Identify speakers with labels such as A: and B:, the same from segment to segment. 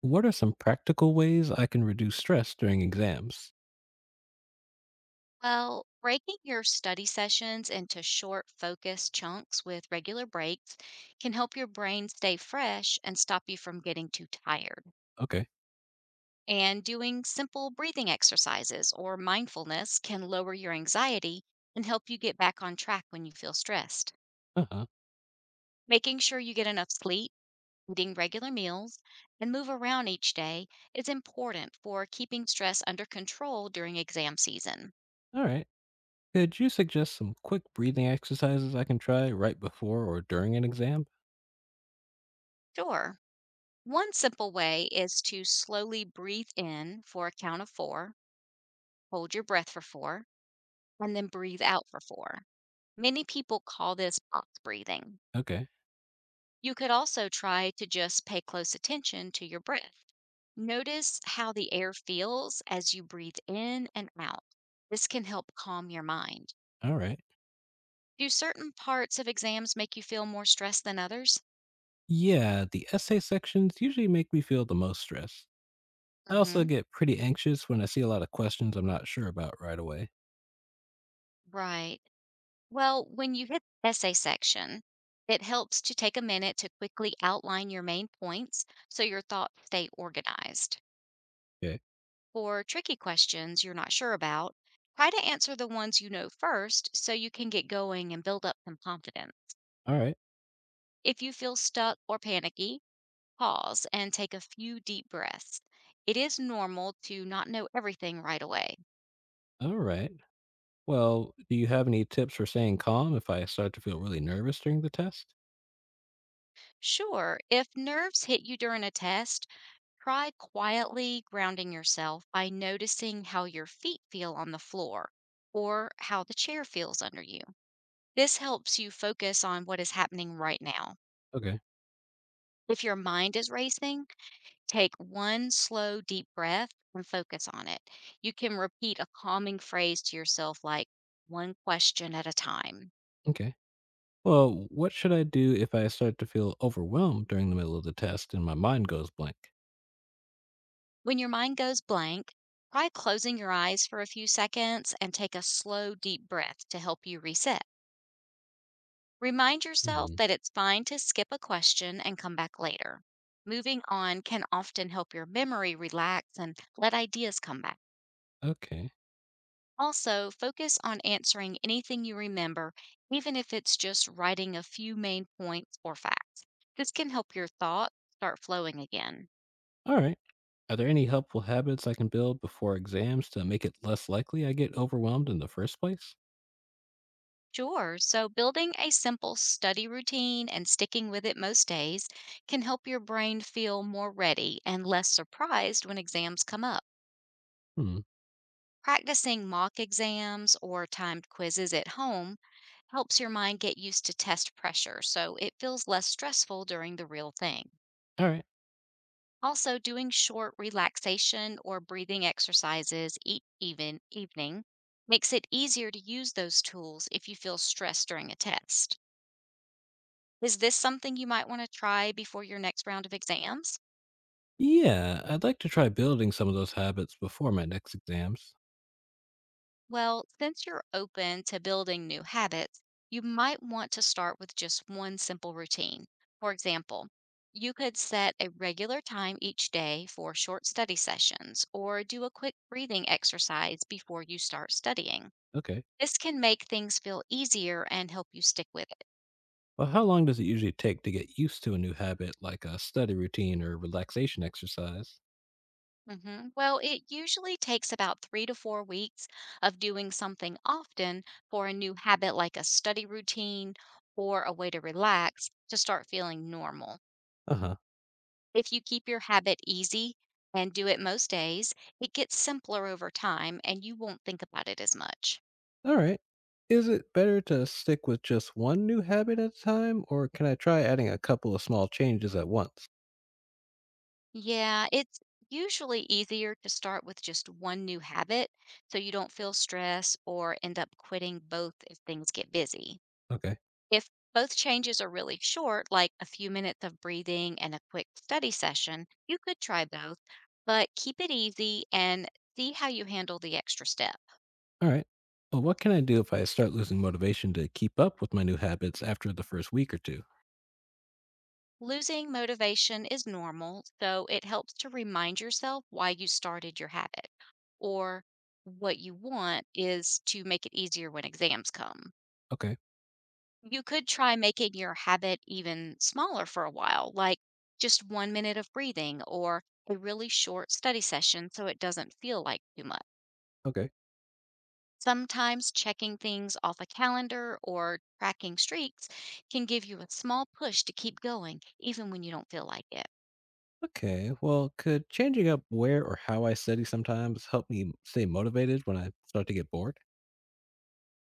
A: What are some practical ways I can reduce stress during exams?
B: Well, breaking your study sessions into short, focused chunks with regular breaks can help your brain stay fresh and stop you from getting too tired.
A: Okay.
B: And doing simple breathing exercises or mindfulness can lower your anxiety and help you get back on track when you feel stressed.
A: Uh huh.
B: Making sure you get enough sleep, eating regular meals, and move around each day is important for keeping stress under control during exam season.
A: All right. Could you suggest some quick breathing exercises I can try right before or during an exam?
B: Sure. One simple way is to slowly breathe in for a count of four, hold your breath for four, and then breathe out for four. Many people call this box breathing.
A: Okay.
B: You could also try to just pay close attention to your breath. Notice how the air feels as you breathe in and out. This can help calm your mind.
A: All right.
B: Do certain parts of exams make you feel more stressed than others?
A: Yeah, the essay sections usually make me feel the most stress. I also
B: Hmm.
A: get pretty anxious when I see a lot of questions I'm not sure about right away.
B: Right. Well, when you hit the essay section, it helps to take a minute to quickly outline your main points so your thoughts stay organized.
A: Okay.
B: For tricky questions you're not sure about, try to answer the ones you know first so you can get going and build up some confidence.
A: All right.
B: If you feel stuck or panicky, pause and take a few deep breaths. It is normal to not know everything right away.
A: All right. Well, do you have any tips for staying calm if I start to feel really nervous during the test?
B: Sure, if nerves hit you during a test, try quietly grounding yourself by noticing how your feet feel on the floor or how the chair feels under you. This helps you focus on what is happening right now.
A: Okay.
B: If your mind is racing, take one slow, deep breath and focus on it. You can repeat a calming phrase to yourself, like one question at a time.
A: Okay. Well, what should I do if I start to feel overwhelmed during the middle of the test and my mind goes blank?
B: When your mind goes blank, try closing your eyes for a few seconds and take a slow, deep breath to help you reset. Remind yourself
A: Hmm.
B: that it's fine to skip a question and come back later. Moving on can often help your memory relax and let ideas come back.
A: Okay.
B: Also, focus on answering anything you remember, even if it's just writing a few main points or facts. This can help your thoughts start flowing again.
A: All right. Are there any helpful habits I can build before exams to make it less likely I get overwhelmed in the first place?
B: Sure, so building a simple study routine and sticking with it most days can help your brain feel more ready and less surprised when exams come up.
A: Hmm.
B: Practicing mock exams or timed quizzes at home helps your mind get used to test pressure, so it feels less stressful during the real thing.
A: All right.
B: Also, doing short relaxation or breathing exercises each evening makes it easier to use those tools if you feel stressed during a test. Is this something you might want to try before your next round of exams?
A: Yeah, I'd like to try building some of those habits before my next exams.
B: Well, since you're open to building new habits, you might want to start with just one simple routine. For example, you could set a regular time each day for short study sessions or do a quick breathing exercise before you start studying.
A: Okay.
B: This can make things feel easier and help you stick with it.
A: Well, how long does it usually take to get used to a new habit like a study routine or relaxation exercise?
B: Mhm. Well, it usually takes about 3 to 4 weeks of doing something often for a new habit like a study routine or a way to relax to start feeling normal.
A: Uh huh.
B: If you keep your habit easy and do it most days, it gets simpler over time and you won't think about it as much.
A: All right. Is it better to stick with just one new habit at a time, or can I try adding a couple of small changes at once?
B: Yeah, it's usually easier to start with just one new habit so you don't feel stress or end up quitting both if things get busy.
A: Okay.
B: If both changes are really short, like a few minutes of breathing and a quick study session, you could try both, but keep it easy and see how you handle the extra step.
A: All right. Well, what can I do if I start losing motivation to keep up with my new habits after the first week or two?
B: Losing motivation is normal, so it helps to remind yourself why you started your habit, or what you want is to make it easier when exams come.
A: Okay.
B: You could try making your habit even smaller for a while, like just 1 minute of breathing or a really short study session so it doesn't feel like too much.
A: Okay.
B: Sometimes checking things off a calendar or tracking streaks can give you a small push to keep going, even when you don't feel like it.
A: Okay. Well, could changing up where or how I study sometimes help me stay motivated when I start to get bored?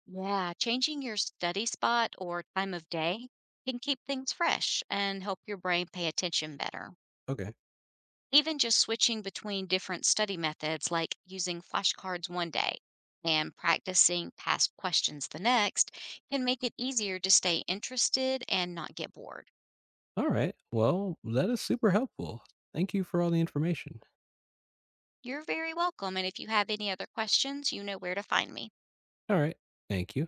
B: Yeah, changing your study spot or time of day can keep things fresh and help your brain pay attention better.
A: Okay.
B: Even just switching between different study methods, like using flashcards one day and practicing past questions the next, can make it easier to stay interested and not get bored.
A: All right. Well, that is super helpful. Thank you for all the information.
B: You're very welcome. And if you have any other questions, you know where to find me.
A: All right. Thank you.